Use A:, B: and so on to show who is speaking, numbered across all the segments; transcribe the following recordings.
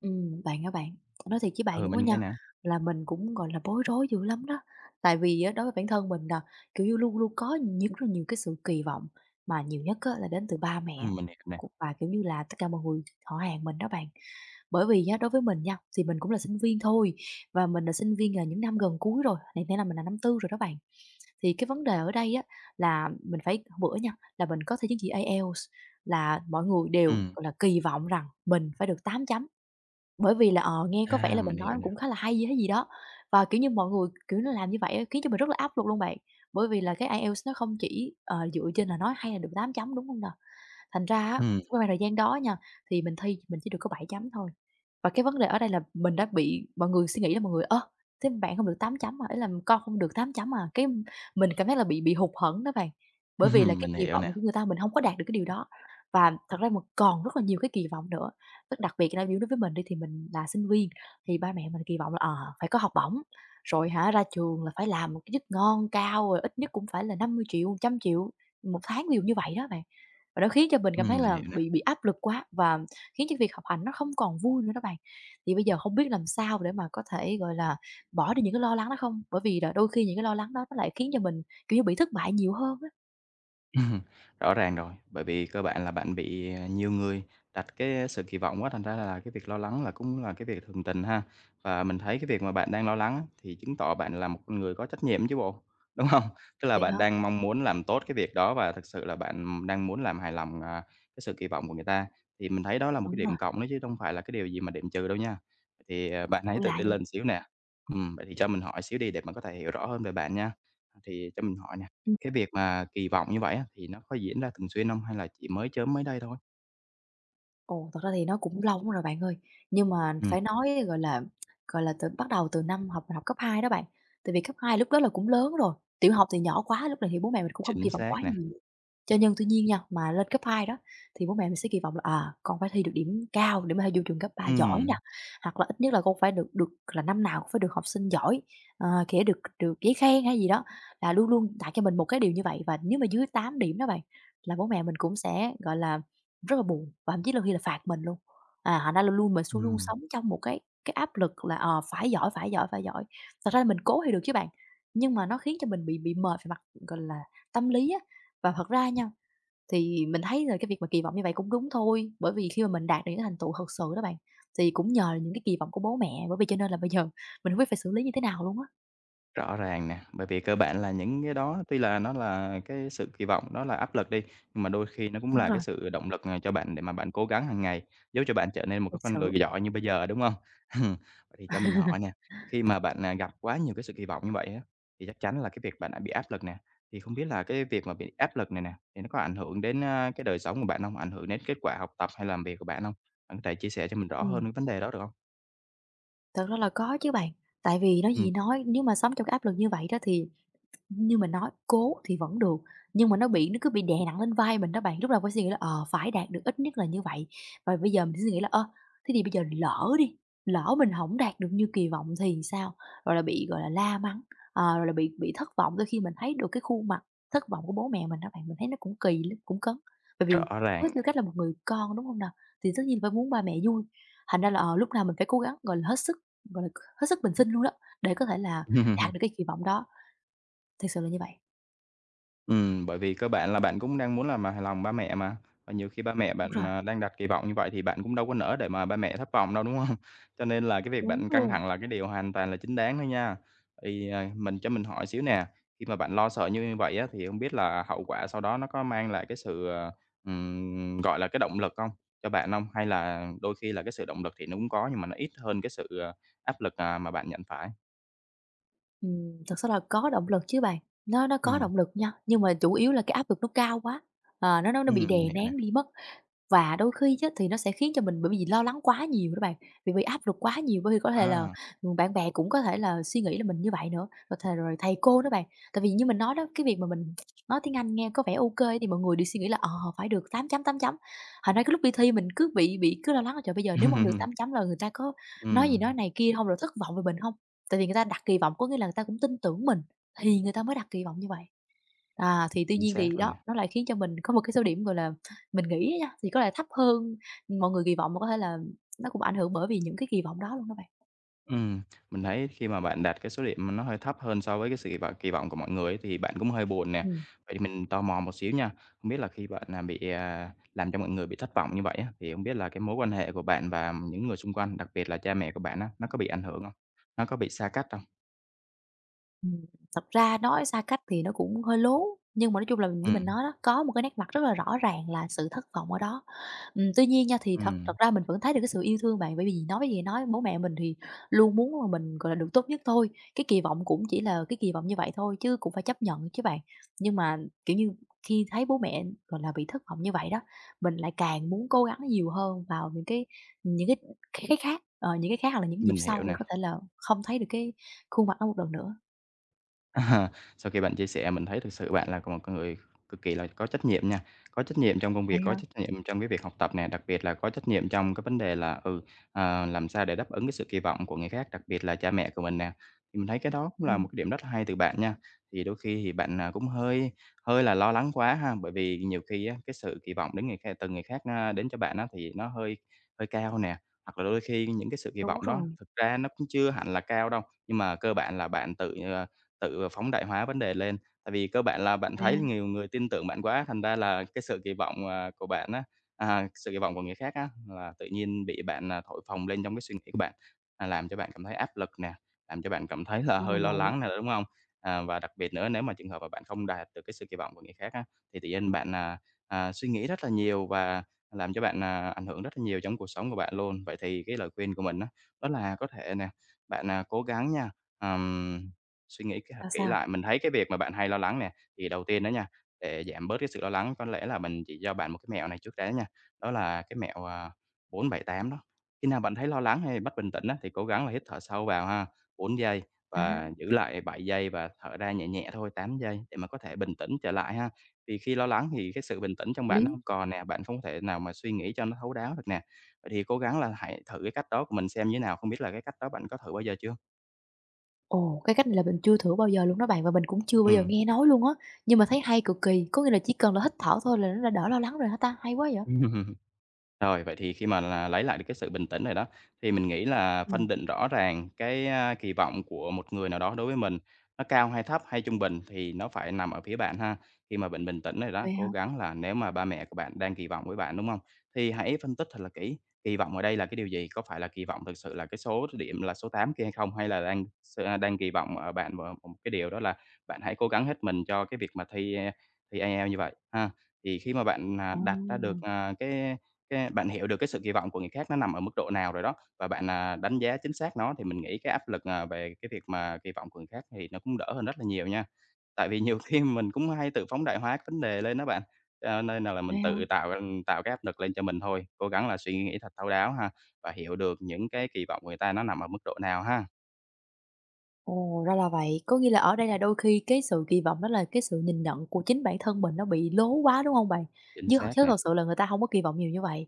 A: Bạn á bạn, nói thiệt với bạn
B: Ừ,
A: luôn á
B: mình
A: nha,
B: nghe nè.
A: là mình cũng, gọi là, bối rối dữ lắm đó. Tại vì á đối với bản thân mình là, kiểu như, luôn luôn có rất là nhiều cái sự kỳ vọng, mà nhiều nhất á là đến từ ba mẹ
B: Mình hiểu nè.
A: cũng và, kiểu như là, tất cả mọi người họ hàng mình đó bạn. Bởi vì á, đối với mình nha, thì mình cũng là sinh viên thôi, và mình là sinh viên, là những năm gần cuối rồi, hiện nay là mình là năm tư rồi đó bạn. Thì cái vấn đề ở đây á là mình phải hôm bữa nha, là mình có thi chứng chỉ IELTS là mọi người đều,
B: Ừm,
A: gọi là, kỳ vọng rằng mình phải được 8.0. Bởi vì là, nghe có vẻ là
B: mình
A: mình nói
B: hiểu nè.
A: cũng khá là hay hay gì đó, và, kiểu như, mọi người, kiểu, nó làm như vậy á khiến cho mình rất là áp lực luôn bạn. Bởi vì là cái IELTS nó không chỉ, dựa trên là nói hay là được 8.0, đúng không nè? Thành ra á,
B: Ừm,
A: cái khoảng thời gian đó nha, thì mình thi mình chỉ được có 7.0 thôi. Và cái vấn đề ở đây là mình đã bị mọi người suy nghĩ là mọi người: "Ơ, thế bạn không được 8.0 à? Ý là con không được 8.0 à?" Cái mình cảm thấy là bị hụt hẫng đó bạn, bởi vì là cái
B: mình
A: kỳ
B: hiểu
A: vọng
B: nè.
A: của người ta mình không có đạt được cái điều đó. Và thật ra mình còn rất là nhiều cái kỳ vọng nữa, tức đặc biệt là ví dụ đối với mình đi thì mình là sinh viên, thì ba mẹ mình kỳ vọng là, phải có học bổng, rồi hả ra trường là phải làm một cái chức ngon cao, rồi ít nhất cũng phải là 50 triệu 100.000.000 1 tháng, ví dụ như vậy đó bạn. Và nó khiến cho mình cảm thấy
B: Mình
A: là
B: hiểu nè.
A: bị áp lực quá và khiến cho việc học hành nó không còn vui nữa đó bạn. Thì bây giờ không biết làm sao để mà có thể, gọi là, bỏ đi những cái lo lắng đó không? Bởi vì là đôi khi những cái lo lắng đó nó lại khiến cho mình, kiểu như, bị thất bại nhiều hơn á,
B: Ừm, rõ ràng rồi, bởi vì cơ bản là bạn bị, nhiều người đặt cái sự kỳ vọng quá, thành ra là cái việc lo lắng là cũng là cái việc thường tình ha. Và mình thấy cái việc mà bạn đang lo lắng á, thì chứng tỏ bạn là một con người có trách nhiệm chứ bộ, đúng không? Tức là
A: vậy hả?
B: bạn đang mong muốn làm tốt cái việc đó và thực sự là bạn đang muốn làm hài lòng, cái sự kỳ vọng của người ta, thì mình thấy đó là một cái
A: Đúng rồi,
B: điểm cộng đó chứ không phải là cái điều gì mà điểm trừ đâu nha. Vậy thì, bạn
A: của
B: hãy tự
A: lạ
B: tin
A: vậy.
B: lên xíu nè. Vậy thì cho mình hỏi xíu đi để mình có thể hiểu rõ hơn về bạn nha. Thì cho mình hỏi nè, cái việc mà kỳ vọng như vậy á, thì nó có diễn ra thường xuyên không hay là chỉ mới chớm mới đây thôi?
A: Ồ, thật ra thì nó cũng lâu lắm rồi bạn ơi, nhưng mà
B: Ừm,
A: phải nói, gọi là, bắt đầu từ năm học học cấp 2 đó bạn, tại vì cấp 2 lúc đó là cũng lớn rồi, tiểu học thì nhỏ quá, lúc này thì bố mẹ mình cũng không kỳ
B: chính
A: vọng quá
B: xác nè.
A: nhiều. Nhưng tuy nhiên nha, mà lên cấp 2 đó thì bố mẹ mình sẽ kỳ vọng là, à, con phải thi được điểm cao để mà vô trường cấp ba giỏi nè,
B: Ừm,
A: hoặc là ít nhất là con phải được được là năm nào cũng phải được học sinh giỏi, kể được được giấy khen hay gì đó, là luôn luôn đặt cho mình một cái điều như vậy. Và nếu mà dưới 8 điểm đó bạn, là bố mẹ mình cũng sẽ, gọi là rất là buồn và thậm chí đôi khi là phạt mình luôn. À, thành ra là luôn mình xuống luôn
B: ừm.
A: sống trong một cái áp lực là, phải giỏi, phải giỏi, phải giỏi. Thật ra là mình cố thì được chứ bạn, nhưng mà nó khiến cho mình bị mệt về mặt, gọi là, tâm lý á. Và thật ra nha, thì mình thấy là cái việc mà kỳ vọng như vậy cũng đúng thôi, bởi vì khi mà mình đạt được những cái thành tựu thật sự đó bạn, thì cũng nhờ những cái kỳ vọng của bố mẹ, bởi vì cho nên là bây giờ mình hông biết phải xử lý như thế nào luôn á.
B: Rõ ràng nè, bởi vì cơ bản là những cái đó tuy là nó là cái sự kỳ vọng, nó là áp lực đi, nhưng mà đôi khi nó cũng
A: Đúng
B: là
A: rồi,
B: cái sự động lực, cho bạn để mà bạn cố gắng hàng ngày, giúp cho bạn trở nên một
A: thật
B: cái con
A: sự.
B: người giỏi như bây giờ, đúng không? Vậy thì cho mình hỏi nè, khi mà bạn, gặp quá nhiều cái sự kỳ vọng như vậy á, thì chắc chắn là cái việc bạn đã bị áp lực nè, thì không biết là cái việc mà bị áp lực này nè, thì nó có ảnh hưởng đến, cái đời sống của bạn không? Ảnh hưởng đến kết quả học tập hay làm việc của bạn không? Bạn có thể chia sẻ cho mình rõ hơn
A: Ừm,
B: cái vấn đề đó được không?
A: thật ra là có chứ bạn, tại vì nói gì
B: Ừm,
A: nói, nếu mà sống trong cái áp lực như vậy đó thì như mình nói, cố thì vẫn được, nhưng mà nó cứ bị đè nặng lên vai mình đó bạn. Lúc đầu phải suy nghĩ là, phải đạt được ít nhất là như vậy, và bây giờ mình sẽ suy nghĩ là, ơ, thế thì bây giờ lỡ đi, lỡ mình không đạt được như kỳ vọng thì sao? Rồi là bị, gọi là, la mắng, rồi là bị thất vọng. Đôi khi mình thấy được cái khuôn mặt thất vọng của bố mẹ mình đó bạn, mình thấy nó cũng kỳ lắm, cũng cấn. Bởi vì
B: rõ
A: với
B: ràng
A: tư
B: nè.
A: cách là một người con, đúng không nào? Thì tất nhiên phải muốn ba mẹ vui, thành ra là, lúc nào mình phải cố gắng, gọi là, gọi là, hết sức bình sinh luôn đó, để có thể là đạt được cái kỳ vọng đó, thực sự là như vậy.
B: Bởi vì cơ bản là bạn cũng đang muốn làm, hài lòng ba mẹ mà, và nhiều khi ba mẹ
A: Đúng rồi,
B: bạn, đang đặt kỳ vọng như vậy thì bạn cũng đâu có nỡ để mà ba mẹ thất vọng đâu, đúng hông? Cho nên là cái việc
A: đúng
B: bạn căng
A: luôn.
B: thẳng là cái điều hoàn toàn là chính đáng thôi nha. Thì, mình cho mình hỏi xíu nè, khi mà bạn lo sợ như vậy á, thì hông biết là hậu quả sau đó nó có mang lại cái sự, gọi là, cái động lực hông cho bạn hông? Hay là đôi khi là cái sự động lực thì nó cũng có nhưng mà nó ít hơn cái sự, áp lực, mà bạn nhận phải?
A: Thực sự là có động lực chứ bạn, nó có
B: Ừm,
A: động lực nha, nhưng mà chủ yếu là cái áp lực nó cao quá, nó bị
B: mình
A: đè
B: hiểu nè.
A: nén đi mất. Và đôi khi á, thì nó sẽ khiến cho mình bởi vì lo lắng quá nhiều đó bạn, vì bị áp lực quá nhiều, bởi vì có thể là,
B: À.
A: bạn bè cũng có thể là suy nghĩ là mình như vậy nữa, rồi thầy cô đó bạn. Tại vì như mình nói đó, cái việc mà mình nói tiếng Anh nghe có vẻ ok thì mọi người đều suy nghĩ là, phải được 8.0, 8.0. Hồi nãy cái lúc đi thi mình cứ bị cứ lo lắng là "Trời, bây giờ nếu mà hông được 8.0 là người ta có nói gì nói
B: Ừm,
A: này kia không rồi thất vọng về mình không? Tại vì người ta đặt kỳ vọng, có nghĩa là người ta cũng tin tưởng mình thì người ta mới đặt kỳ vọng như vậy. À, thì tuy
B: chính
A: nhiên
B: xác
A: thì
B: rồi nè.
A: đó, nó lại khiến cho mình có một cái số điểm, gọi là, mình nghĩ á nha, thì có lẽ thấp hơn mọi người kỳ vọng và có thể là nó cũng ảnh hưởng bởi vì những cái kỳ vọng đó luôn đó bạn."
B: Ừm, mình thấy khi mà bạn đạt cái số điểm mà nó hơi thấp hơn so với cái sự kỳ vọng của mọi người ấy, thì bạn cũng hơi buồn nè.
A: Ừm.
B: Vậy thì mình tò mò một xíu nha, không biết là khi bạn, bị, làm cho mọi người bị thất vọng như vậy á, thì không biết là cái mối quan hệ của bạn và những người xung quanh, đặc biệt là cha mẹ của bạn á, nó có bị ảnh hưởng không? Nó có bị xa cách không?
A: Ừm, thật ra nói xa cách thì nó cũng hơi lố, nhưng mà nói chung là như mình
B: Ừm,
A: nói đó, có một cái nét mặt rất là rõ ràng là sự thất vọng ở đó. Tuy nhiên nha, thì thật thật
B: ừm,
A: ra mình vẫn thấy được cái sự yêu thương bạn, bởi vì nói gì nói, bố mẹ mình thì luôn muốn là mình, gọi là, được tốt nhất thôi, cái kỳ vọng cũng chỉ là cái kỳ vọng như vậy thôi chứ cũng phải chấp nhận chứ bạn. Nhưng mà, kiểu như, khi thấy bố mẹ, gọi là, bị thất vọng như vậy đó, mình lại càng muốn cố gắng nhiều hơn vào những cái những cái khác hoặc là những dịp
B: mình hiểu
A: sau để
B: nè.
A: có thể là không thấy được cái khuôn mặt đó một lần nữa.
B: À, sau khi bạn chia sẻ mình thấy thực sự bạn là một con người cực kỳ là có trách nhiệm nha, có trách nhiệm trong công
A: Vậy
B: việc, có
A: hả?
B: trách nhiệm trong cái việc học tập nè, đặc biệt là có trách nhiệm trong cái vấn đề là, làm sao để đáp ứng cái sự kỳ vọng của người khác, đặc biệt là cha mẹ của mình nè. Thì mình thấy cái đó cũng là
A: Ừm,
B: một cái điểm rất là hay từ bạn nha. Thì đôi khi thì bạn, cũng hơi hơi là lo lắng quá ha, bởi vì nhiều khi á, cái sự kỳ vọng đến người khác từ người khác, đến cho bạn á, thì nó hơi hơi cao nè, hoặc là đôi khi những cái sự kỳ
A: đúng
B: vọng đó
A: rồi,
B: thực ra nó cũng chưa hẳn là cao đâu, nhưng mà cơ bản là bạn tự phóng đại hóa vấn đề lên. Tại vì cơ bản là bạn
A: vậy
B: thấy
A: hả?
B: nhiều người tin tưởng bạn quá, thành ra là cái sự kỳ vọng, của bạn á, sự kỳ vọng của người khác á, là tự nhiên bị bạn, thổi phồng lên trong cái suy nghĩ của bạn, làm cho bạn cảm thấy áp lực nè, làm cho bạn cảm thấy là
A: Ra
B: hơi
A: là
B: lo
A: vậy,
B: lắng nè, đúng không? À, và đặc biệt nữa nếu mà trường hợp mà bạn không đạt được cái sự kỳ vọng của người khác á, thì tự nhiên bạn, suy nghĩ rất là nhiều và làm cho bạn, ảnh hưởng rất là nhiều trong cuộc sống của bạn luôn. Vậy thì cái lời khuyên của mình á, đó là có thể nè, bạn, cố gắng nha, suy nghĩ kế hoạch
A: sao,
B: kỹ
A: sao?
B: lại, mình thấy cái việc mà bạn hay lo lắng nè, thì đầu tiên đó nha, để giảm bớt cái sự lo lắng có lẽ là mình chỉ cho bạn một cái mẹo này trước đã nha, đó là cái mẹo, 4-7-8 đó. Khi nào bạn thấy lo lắng hay bất bình tĩnh á, thì cố gắng là hít thở sâu vào ha, 4 giây
A: À,
B: và giữ lại 7 giây và thở ra nhẹ nhẹ thôi, 8 giây để mà có thể bình tĩnh trở lại ha. Vì khi lo lắng thì cái sự bình tĩnh trong bạn nó
A: lý.
B: không còn nè, bạn không thể nào mà suy nghĩ cho nó thấu đáo được nè. Vậy thì cố gắng là hãy thử cái cách đó của mình xem như thế nào, không biết là cái cách đó bạn có thử bao giờ chưa?
A: Ồ, cái cách này là mình chưa thử bao giờ luôn đó bạn và mình cũng chưa bao giờ
B: Ừm.
A: nghe nói luôn á, nhưng mà thấy hay cực kỳ, có nghĩa là chỉ cần là hít thở thôi là nó đã đỡ lo lắng rồi hả ta? Hay quá vậy!
B: Rồi, vậy thì khi mà là lấy lại được cái sự bình tĩnh rồi đó, thì mình nghĩ là phân
A: Ừm,
B: định rõ ràng cái, kỳ vọng của một người nào đó đối với mình, nó cao hay thấp hay trung bình thì nó phải nằm ở phía bạn ha. Khi mà bạn bình tĩnh rồi đó,
A: vậy hả?
B: cố gắng là nếu mà ba mẹ của bạn đang kỳ vọng với bạn, đúng không? Thì hãy phân tích thật là kỹ, kỳ vọng ở đây là cái điều gì? Có phải là kỳ vọng thực sự là cái số điểm là số 8 kia hay không? Hay là đang kỳ vọng ở bạn vào một cái điều đó là bạn hãy cố gắng hết mình cho cái việc mà thi IELTS như vậy ha. Thì khi mà bạn,
A: À,
B: đặt ra được, cái bạn hiểu được cái sự kỳ vọng của người khác nó nằm ở mức độ nào rồi đó, và bạn, đánh giá chính xác nó thì mình nghĩ cái áp lực, về cái việc mà kỳ vọng của người khác thì nó cũng đỡ hơn rất là nhiều nha. Tại vì nhiều khi mình cũng hay tự phóng đại hóa cái vấn đề lên đó bạn, cho nên là
A: vậy
B: mình
A: hả?
B: tự tạo tạo cái áp lực lên cho mình thôi, cố gắng là suy nghĩ thật thấu đáo ha, và hiểu được những cái kỳ vọng của người ta nó nằm ở mức độ nào ha.
A: Ồ, ra là vậy. Có nghĩa là ở đây là đôi khi cái sự kỳ vọng đó là cái sự nhìn nhận của chính bản thân mình nó bị lố quá, đúng không bạn?
B: Chính
A: Chứ
B: xác
A: chứ
B: nè,
A: thật sự là người ta không có kỳ vọng nhiều như vậy.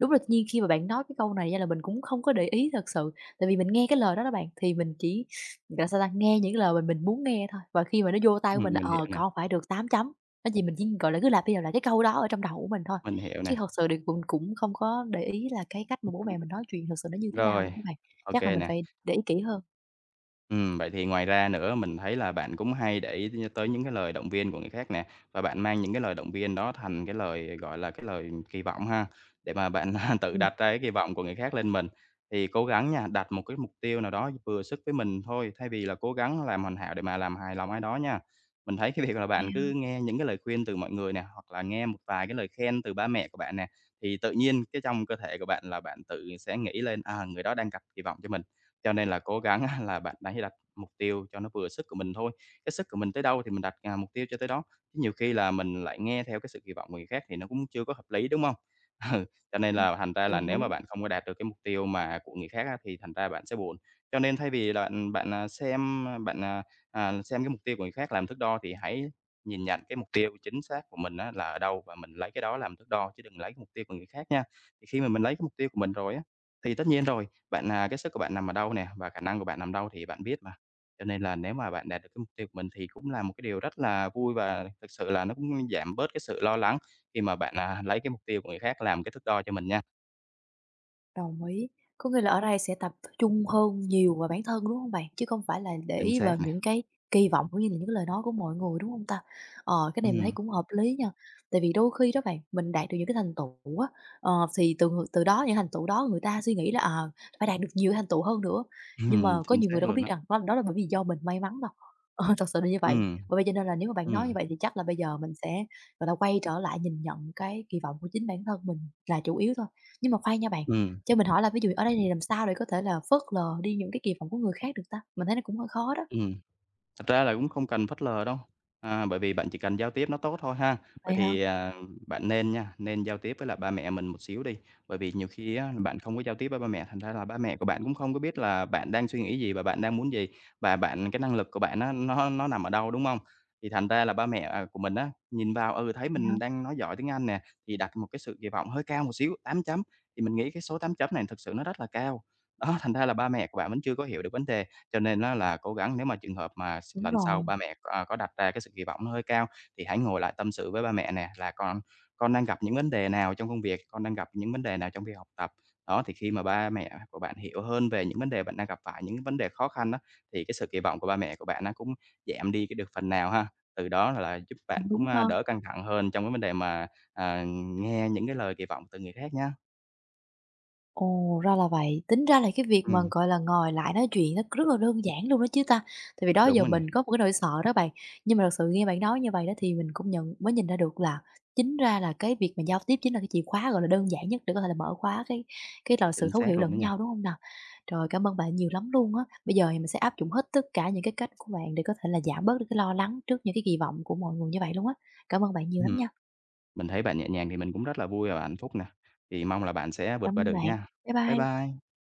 A: Đúng là tự nhiên khi mà bạn nói cái câu này ra là mình cũng không có để ý thật sự, tại vì mình nghe cái lời đó đó bạn, thì mình chỉ, gọi là sao ta, nghe những cái lời mình muốn nghe thôi, và khi mà nó vô tay của mình là,
B: mình hiểu nè,
A: con phải được 8.0, đó thì mình chỉ, gọi là, cứ lặp đi lặp lại cái câu đó ở trong đầu của mình thôi,
B: mình hiểu
A: chứ
B: nè.
A: thật sự thì cũng cũng không có để ý là cái cách mà bố mẹ mình nói chuyện thật sự nó như thế nào luôn
B: Rồi,
A: đó bạn.
B: ok
A: Chắc là mình
B: nè.
A: phải để ý kỹ hơn.
B: Vậy thì ngoài ra nữa mình thấy là bạn cũng hay để ý nh tới những cái lời động viên của người khác nè, và bạn mang những cái lời động viên đó thành cái lời, gọi là, cái lời kỳ vọng ha, để mà bạn tự
A: Ừm,
B: đặt ra cái kỳ vọng của người khác lên mình. Thì cố gắng nha, đặt một cái mục tiêu nào đó vừa sức với mình thôi, thay vì là cố gắng làm hoàn hảo để mà làm hài lòng ai đó nha. Mình thấy cái việc là bạn cứ nghe những cái lời khuyên từ mọi người nè, hoặc là nghe một vài cái lời khen từ ba mẹ của bạn nè, thì tự nhiên cái trong cơ thể của bạn là bạn tự sẽ nghĩ lên, người đó đang đặt kỳ vọng cho mình. Cho nên là cố gắng á là bạn hãy đặt mục tiêu cho nó vừa sức của mình thôi, cái sức của mình tới đâu thì mình đặt, mục tiêu cho tới đó, chứ nhiều khi là mình lại nghe theo cái sự kỳ vọng của người khác thì nó cũng chưa có hợp lý, đúng không? Ừ, cho nên
A: Ừm,
B: là thành ra là
A: đồng
B: nếu mà
A: ý.
B: bạn không có đạt được cái mục tiêu mà của người khác á thì thành ra bạn sẽ buồn. Cho nên thay vì là, bạn, à, xem, à, bạn, à, à, xem cái mục tiêu của người khác làm thước đo thì hãy nhìn nhận cái mục tiêu chính xác của mình á là ở đâu và mình lấy cái đó làm thước đo chứ đừng lấy cái mục tiêu của người khác nha. Thì khi mà mình lấy cái mục tiêu của mình rồi á, thì tất nhiên rồi cái sức của bạn nằm ở đâu nè và khả năng của bạn nằm đâu thì bạn biết mà. Cho nên là nếu mà bạn đạt được cái mục tiêu của mình thì cũng là một cái điều rất là vui và thực sự là nó cũng giảm bớt cái sự lo lắng khi mà lấy cái mục tiêu của người khác làm cái thước đo cho mình nha.
A: Đồng ý. Có nghĩa là ở đây sẽ tập trung hơn nhiều vào bản thân, đúng không bạn? Chứ không phải là để
B: Chính
A: ý
B: xác
A: vào
B: nè.
A: những cái kỳ vọng cũng như là những cái lời nói của mọi người, đúng không ta? Ờ, cái này mình thấy
B: Ừm,
A: cũng hợp lý nha, tại vì đôi khi đó bạn, mình đạt được những cái thành tựu á, ờ, thì từ đó những thành tựu đó người ta suy nghĩ là, phải đạt được nhiều thành tựu hơn nữa, nhưng mà có
B: chính
A: nhiều người
B: xác
A: đâu có
B: luôn
A: biết
B: đó.
A: rằng đó đó là bởi vì do mình may mắn đâu. Ờ, thật sự là như vậy.
B: Ừ,
A: Bởi vậy cho nên là nếu mà bạn
B: ừ
A: nói như vậy thì chắc là bây giờ mình sẽ, gọi là, quay trở lại nhìn nhận cái kỳ vọng của chính bản thân mình là chủ yếu thôi. Nhưng mà khoan nha bạn,
B: ừ
A: cho mình hỏi là ví dụ ở đây thì làm sao để có thể là phớt lờ đi những cái kỳ vọng của người khác được ta? Mình thấy nó cũng hơi khó đó.
B: ừ. Thật ra là cũng không cần phớt lờ đâu, bởi vì bạn chỉ cần giao tiếp nó tốt thôi ha. Vậy
A: Vậy hả?
B: thì, bạn nên nha, nên giao tiếp với là ba mẹ mình một xíu đi, bởi vì nhiều khi á bạn không có giao tiếp với ba mẹ, thành ra là ba mẹ của bạn cũng không có biết là bạn đang suy nghĩ gì và bạn đang muốn gì, và bạn cái năng lực của bạn á nó nằm ở đâu, đúng không? Thì thành ra là ba mẹ, của mình á, nhìn vào, ừ, thấy
A: Vậy hả?
B: mình đang nói giỏi tiếng Anh nè, thì đặt một cái sự kỳ vọng hơi cao một xíu, 8 chấm, thì mình nghĩ cái số 8 chấm này thực sự nó rất là cao. Đó, thành ra là ba mẹ của bạn vẫn chưa có hiểu được vấn đề. Cho nên á là cố gắng nếu mà trường hợp mà s
A: Đúng
B: lần sau
A: rồi,
B: ba mẹ, có đặt ra cái sự kỳ vọng nó hơi cao thì hãy ngồi lại tâm sự với ba mẹ nè, là "Con đang gặp những vấn đề nào trong công việc? Con đang gặp những vấn đề nào trong việc học tập?" Đó, thì khi mà ba mẹ của bạn hiểu hơn về những vấn đề bạn đang gặp phải, những vấn đề khó khăn á, thì cái sự kỳ vọng của ba mẹ của bạn nó cũng giảm đi cái được phần nào ha. Từ đó là giúp bạn
A: cũng
B: cũng,
A: đúng ha.
B: đỡ căng thẳng hơn trong cái vấn đề mà, à, nghe những cái lời kỳ vọng từ người khác nhá.
A: Ồ, ra là vậy. Tính ra là cái việc mà,
B: Ừm,
A: gọi là, ngồi lại nói chuyện nó rất là đơn giản luôn đó chứ ta. Tại vì đó
B: đúng
A: giờ
B: rồi nè,
A: mình có một cái nỗi sợ đó bạn, nhưng mà thật sự nghe bạn nói như vậy đó thì mình cũng mới nhìn ra được là chính ra là cái việc mà giao tiếp chính là cái chìa khóa, gọi là, đơn giản nhất để có thể là mở khóa cái là sự
B: chính
A: thấu hiểu
B: xác luôn đó
A: lẫn
B: nha.
A: nhau, đúng không nào? Rồi, cảm ơn bạn nhiều lắm luôn á. Bây giờ thì mình sẽ áp dụng hết tất cả những cái cách của bạn để có thể là giảm bớt được cái lo lắng trước những cái kỳ vọng của mọi người như vậy luôn á. Cảm ơn bạn nhiều lắm
B: Ừm.
A: nha.
B: Mình thấy bạn nhẹ nhàng thì mình cũng rất là vui và hạnh phúc nè. Thì mong là bạn sẽ vượt
A: Cảm
B: qua
A: ơn
B: được
A: bạn.
B: nha.
A: Bye
B: Bye
A: bye.
B: bye.